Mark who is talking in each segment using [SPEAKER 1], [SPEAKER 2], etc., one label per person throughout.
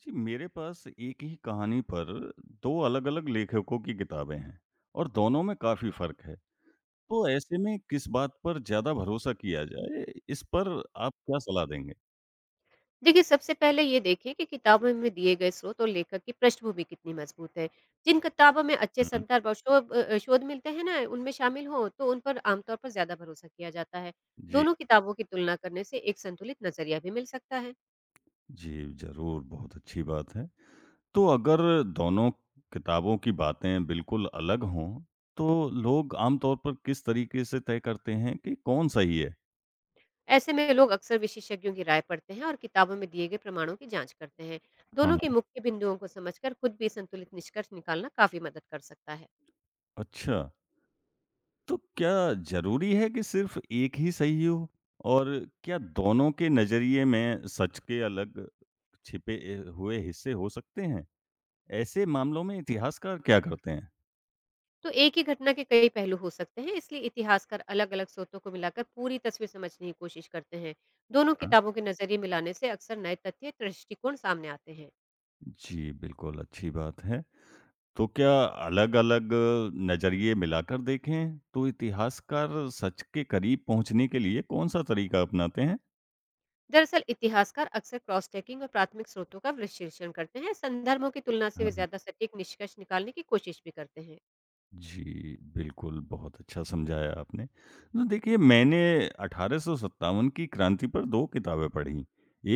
[SPEAKER 1] जी, मेरे पास एक ही कहानी पर 2 अलग-अलग लेखकों की किताबें हैं और दोनों में काफ़ी फ़र्क है। तो ऐसे में किस बात पर ज़्यादा भरोसा किया जाए, इस पर आप क्या सलाह देंगे?
[SPEAKER 2] देखिए, सबसे पहले ये देखें कि किताबों में दिए गए स्रोत और लेखक की पृष्ठभूमि कितनी मजबूत है। जिन किताबों में अच्छे
[SPEAKER 1] हुँ, हुँ।
[SPEAKER 2] संदर्भ और शोध मिलते हैं ना, उनमें शामिल हों, तो उन पर आमतौर पर ज़्यादा भरोसा किया जाता है।
[SPEAKER 1] जी,
[SPEAKER 2] दोनों किताबों की तुलना करने से एक संतुलित नज़रिया भी मिल सकता है।
[SPEAKER 1] जी, ज़रूर, बहुत अच्छी बात है। तो अगर दोनों किताबों की बातें बिल्कुल अलग हों, तो लोग आम तौर पर किस तरीके से तय करते हैं कि कौन सही है?
[SPEAKER 2] ऐसे में लोग अक्सर विशेषज्ञों की राय पढ़ते हैं और किताबों में दिए गए प्रमाणों की जांच करते हैं। दोनों
[SPEAKER 1] हाँ,
[SPEAKER 2] के मुख्य बिंदुओं को समझकर खुद भी संतुलित निष्कर्ष निकालना काफ़ी मदद कर सकता है।
[SPEAKER 1] अच्छा। तो क्या ज़रूरी है कि सिर्फ़ एक ही सही हो? और क्या दोनों के नज़रिए में सच के अलग छिपे हुए हिस्से हो सकते हैं? ऐसे मामलों में इतिहासकार क्या करते हैं?
[SPEAKER 2] तो एक ही घटना के कई पहलू हो सकते हैं, इसलिए इतिहासकार अलग-अलग स्रोतों को मिलाकर पूरी तस्वीर समझने की कोशिश करते हैं। दोनों
[SPEAKER 1] हाँ।
[SPEAKER 2] किताबों के नजरिए मिलाने से अक्सर नए तथ्य या दृष्टिकोण सामने आते हैं।
[SPEAKER 1] जी, बिल्कुल अच्छी बात है। तो क्या अलग-अलग नज़रिए मिलाकर देखें, तो इतिहासकार सच के करीब पहुँचने के लिए कौन-सा तरीका अपनाते हैं?
[SPEAKER 2] दरअसल इतिहासकार अक्सर क्रॉस चेकिंग और प्राथमिक स्रोतों का विश्लेषण करते हैं। संदर्भों की तुलना
[SPEAKER 1] हाँ।
[SPEAKER 2] से वे
[SPEAKER 1] हाँ।
[SPEAKER 2] ज्यादा सटीक निष्कर्ष निकालने की कोशिश भी करते हैं।
[SPEAKER 1] जी, बिल्कुल, बहुत अच्छा समझाया आपने। तो देखिए, मैंने 1857 की क्रांति पर 2 किताबें पढ़ीं।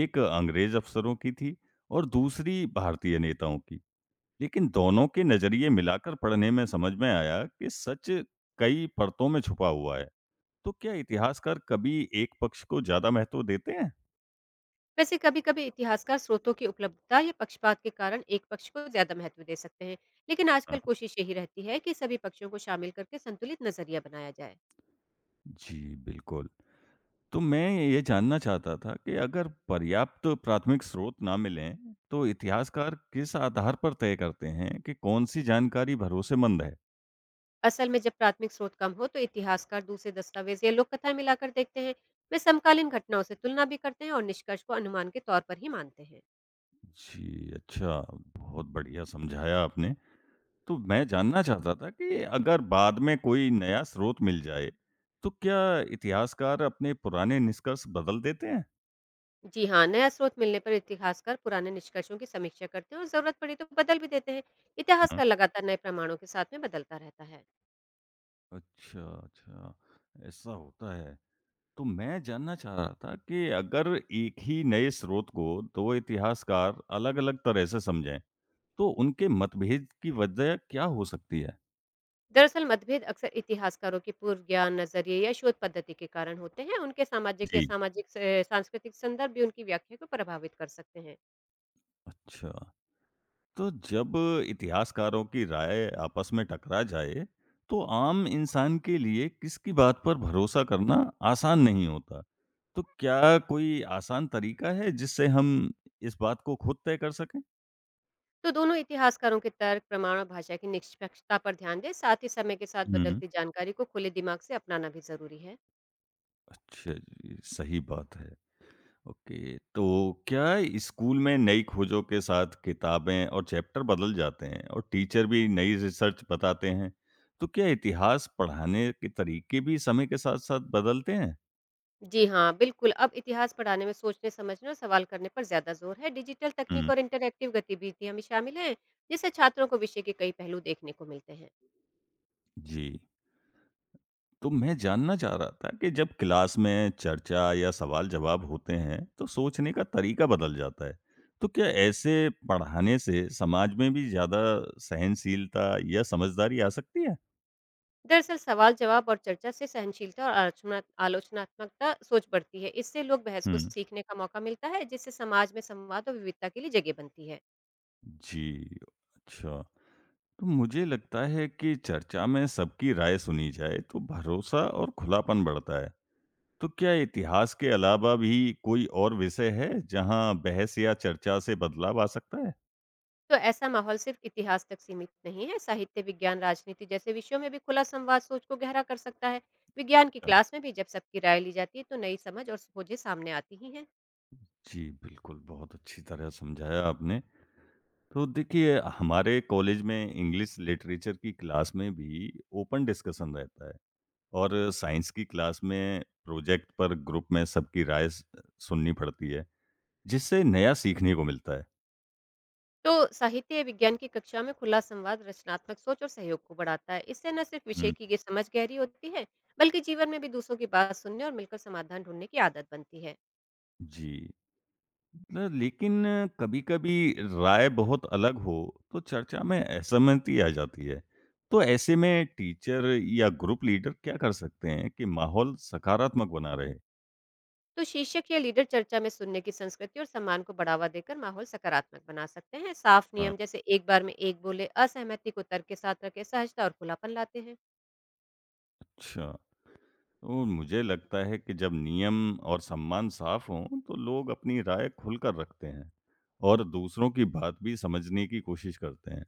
[SPEAKER 1] एक अंग्रेज़ अफ़सरों की थी और दूसरी भारतीय नेताओं की। लेकिन दोनों के नज़रिए मिलाकर पढ़ने में समझ में आया कि सच कई परतों में छुपा हुआ है। तो क्या इतिहासकार कभी एक पक्ष को ज़्यादा महत्व देते हैं?
[SPEAKER 2] वैसे कभी कभी इतिहासकार स्रोतों की उपलब्धता या पक्षपात के कारण एक पक्ष को ज्यादा महत्व दे सकते हैं, लेकिन
[SPEAKER 1] हाँ।
[SPEAKER 2] आजकल कोशिश यही रहती है कि सभी पक्षों को शामिल करके संतुलित नजरिया बनाया जाए।
[SPEAKER 1] जी, बिल्कुल। तो मैं ये जानना चाहता था कि अगर पर्याप्त प्राथमिक स्रोत ना मिलें, तो इतिहासकार किस आधार पर तय करते हैं कि कौन-सी जानकारी भरोसेमंद है?
[SPEAKER 2] असल में जब प्राथमिक स्रोत कम हो, तो इतिहासकार दूसरे दस्तावेज या लोक कथाएं मिलाकर देखते हैं। वे समकालीन घटनाओं से तुलना भी करते हैं और निष्कर्ष को अनुमान के तौर पर ही मानते हैं।
[SPEAKER 1] जी, अच्छा, बहुत बढ़िया समझाया आपने। तो मैं जानना चाहता था कि अगर बाद में कोई नया स्रोत मिल जाए, तो क्या इतिहासकार अपने पुराने निष्कर्ष बदल देते हैं?
[SPEAKER 2] जी हाँ, नया स्रोत मिलने पर इतिहासकार पुराने निष्कर्षों की समीक्षा करते हैं और जरूरत पड़ी तो बदल भी देते हैं।
[SPEAKER 1] हाँ।
[SPEAKER 2] इतिहासकार लगातार नए प्रमाणों के साथ में बदलता रहता है।
[SPEAKER 1] अच्छा, अच्छा, ऐसा होता है। तो मैं जानना चाह रहा था कि अगर एक ही नए स्रोत को दो इतिहासकार अलग-अलग तरह से समझें, तो उनके मतभेद की वजह क्या हो सकती है?
[SPEAKER 2] दरअसल मतभेद अक्सर इतिहासकारों के पूर्व ज्ञान, नजरिए या शोध पद्धति के कारण होते हैं। उनके
[SPEAKER 1] जी
[SPEAKER 2] सामाजिक सांस्कृतिक संदर्भ भी उनकी व्याख्या को प्रभावित कर सकते हैं।
[SPEAKER 1] अच्छा, तो जब इतिहासकारों की राय आपस में टकरा जाए, तो आम इंसान के लिए किसकी बात पर भरोसा करना आसान नहीं होता। तो क्या कोई आसान तरीका है जिससे हम इस बात को खुद तय कर सकें?
[SPEAKER 2] तो दोनों इतिहासकारों के तर्क, प्रमाण और भाषा की निष्पक्षता पर ध्यान दें। साथ ही समय के साथ
[SPEAKER 1] हम्म।
[SPEAKER 2] बदलती जानकारी को खुले दिमाग से अपनाना भी जरूरी है।
[SPEAKER 1] अच्छा जी, सही बात है। ओके, तो क्या स्कूल में नई खोजों के साथ किताबें और चैप्टर बदल जाते हैं और टीचर भी नई रिसर्च बताते हैं, तो क्या इतिहास पढ़ाने के तरीके भी समय के साथ-साथ बदलते हैं?
[SPEAKER 2] जी हाँ, बिल्कुल। अब इतिहास पढ़ाने में सोचने, समझने और सवाल करने पर ज्यादा जोर है। डिजिटल तकनीक
[SPEAKER 1] हुँ।
[SPEAKER 2] और इंटरैक्टिव गतिविधियां भी शामिल हैं, जिससे छात्रों को विषय के कई पहलू देखने को मिलते हैं।
[SPEAKER 1] जी, तो मैं जानना चाह रहा था कि जब क्लास में चर्चा या सवाल-जवाब होते हैं, तो सोचने का तरीका बदल जाता है। तो क्या ऐसे पढ़ाने से समाज में भी ज़्यादा सहनशीलता या समझदारी आ सकती है?
[SPEAKER 2] दरअसल सवाल जवाब और चर्चा से सहनशीलता और आलोचनात्मकता सोच बढ़ती है। इससे लोग बहस को
[SPEAKER 1] हुँ।
[SPEAKER 2] सीखने का मौका मिलता है, जिससे समाज में संवाद और विविधता के लिए जगह बनती है।
[SPEAKER 1] जी, अच्छा। तो मुझे लगता है कि चर्चा में सबकी राय सुनी जाए तो भरोसा और खुलापन बढ़ता है। तो क्या इतिहास के अलावा भी कोई और विषय है जहां बहस या चर्चा से बदलाव आ सकता है?
[SPEAKER 2] तो ऐसा माहौल सिर्फ इतिहास तक सीमित नहीं है। साहित्य, विज्ञान, राजनीति जैसे विषयों में भी खुला संवाद सोच को गहरा कर सकता है। विज्ञान की
[SPEAKER 1] हाँ,
[SPEAKER 2] क्लास में भी जब सबकी राय ली जाती है, तो नई समझ और खोजें सामने आती ही हैं।
[SPEAKER 1] जी, बिल्कुल, बहुत अच्छी तरह समझाया आपने। तो देखिए, हमारे कॉलेज में इंग्लिश लिटरेचर की क्लास में भी ओपन डिस्कशन रहता है और साइंस की क्लास में प्रोजेक्ट पर ग्रुप में सबकी राय सुननी पड़ती है, जिससे नया सीखने को मिलता है।
[SPEAKER 2] तो साहित्य या विज्ञान की कक्षा में खुला संवाद रचनात्मक सोच और सहयोग को बढ़ाता है। इससे न सिर्फ विषय की ये समझ गहरी होती है, बल्कि जीवन में भी दूसरों की बात सुनने और मिलकर समाधान ढूंढने की आदत बनती है।
[SPEAKER 1] जी। न लेकिन कभी-कभी राय बहुत अलग हो, तो चर्चा में असहमति आ जाती है। तो ऐसे में टीचर या ग्रुप लीडर क्या कर सकते हैं कि माहौल सकारात्मक बना रहे?
[SPEAKER 2] तो शीर्षक या लीडर चर्चा में सुनने की संस्कृति और सम्मान को बढ़ावा देकर माहौल सकारात्मक बना सकते हैं। साफ
[SPEAKER 1] हाँ,
[SPEAKER 2] नियम जैसे एक बार में एक बोले, असहमति को तर्क के साथ रखे, सहजता और खुलापन लाते हैं।
[SPEAKER 1] अच्छा, तो मुझे लगता है कि जब नियम और सम्मान साफ हों, तो लोग अपनी राय खुलकर रखते हैं और दूसरों की बात भी समझने की कोशिश करते हैं।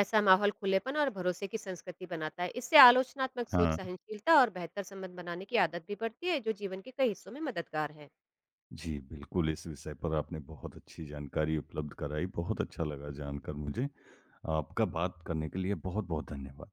[SPEAKER 2] ऐसा माहौल खुलेपन और भरोसे की संस्कृति बनाता है। इससे आलोचनात्मक सोच,
[SPEAKER 1] हाँ।
[SPEAKER 2] सहनशीलता और बेहतर संबंध बनाने की आदत भी बढ़ती है, जो जीवन के कई हिस्सों में मददगार है।
[SPEAKER 1] जी, बिल्कुल, इस विषय पर आपने बहुत अच्छी जानकारी उपलब्ध कराई, बहुत अच्छा लगा जानकर मुझे। आपका बात करने के लिए बहुत-बहुत धन्यवाद।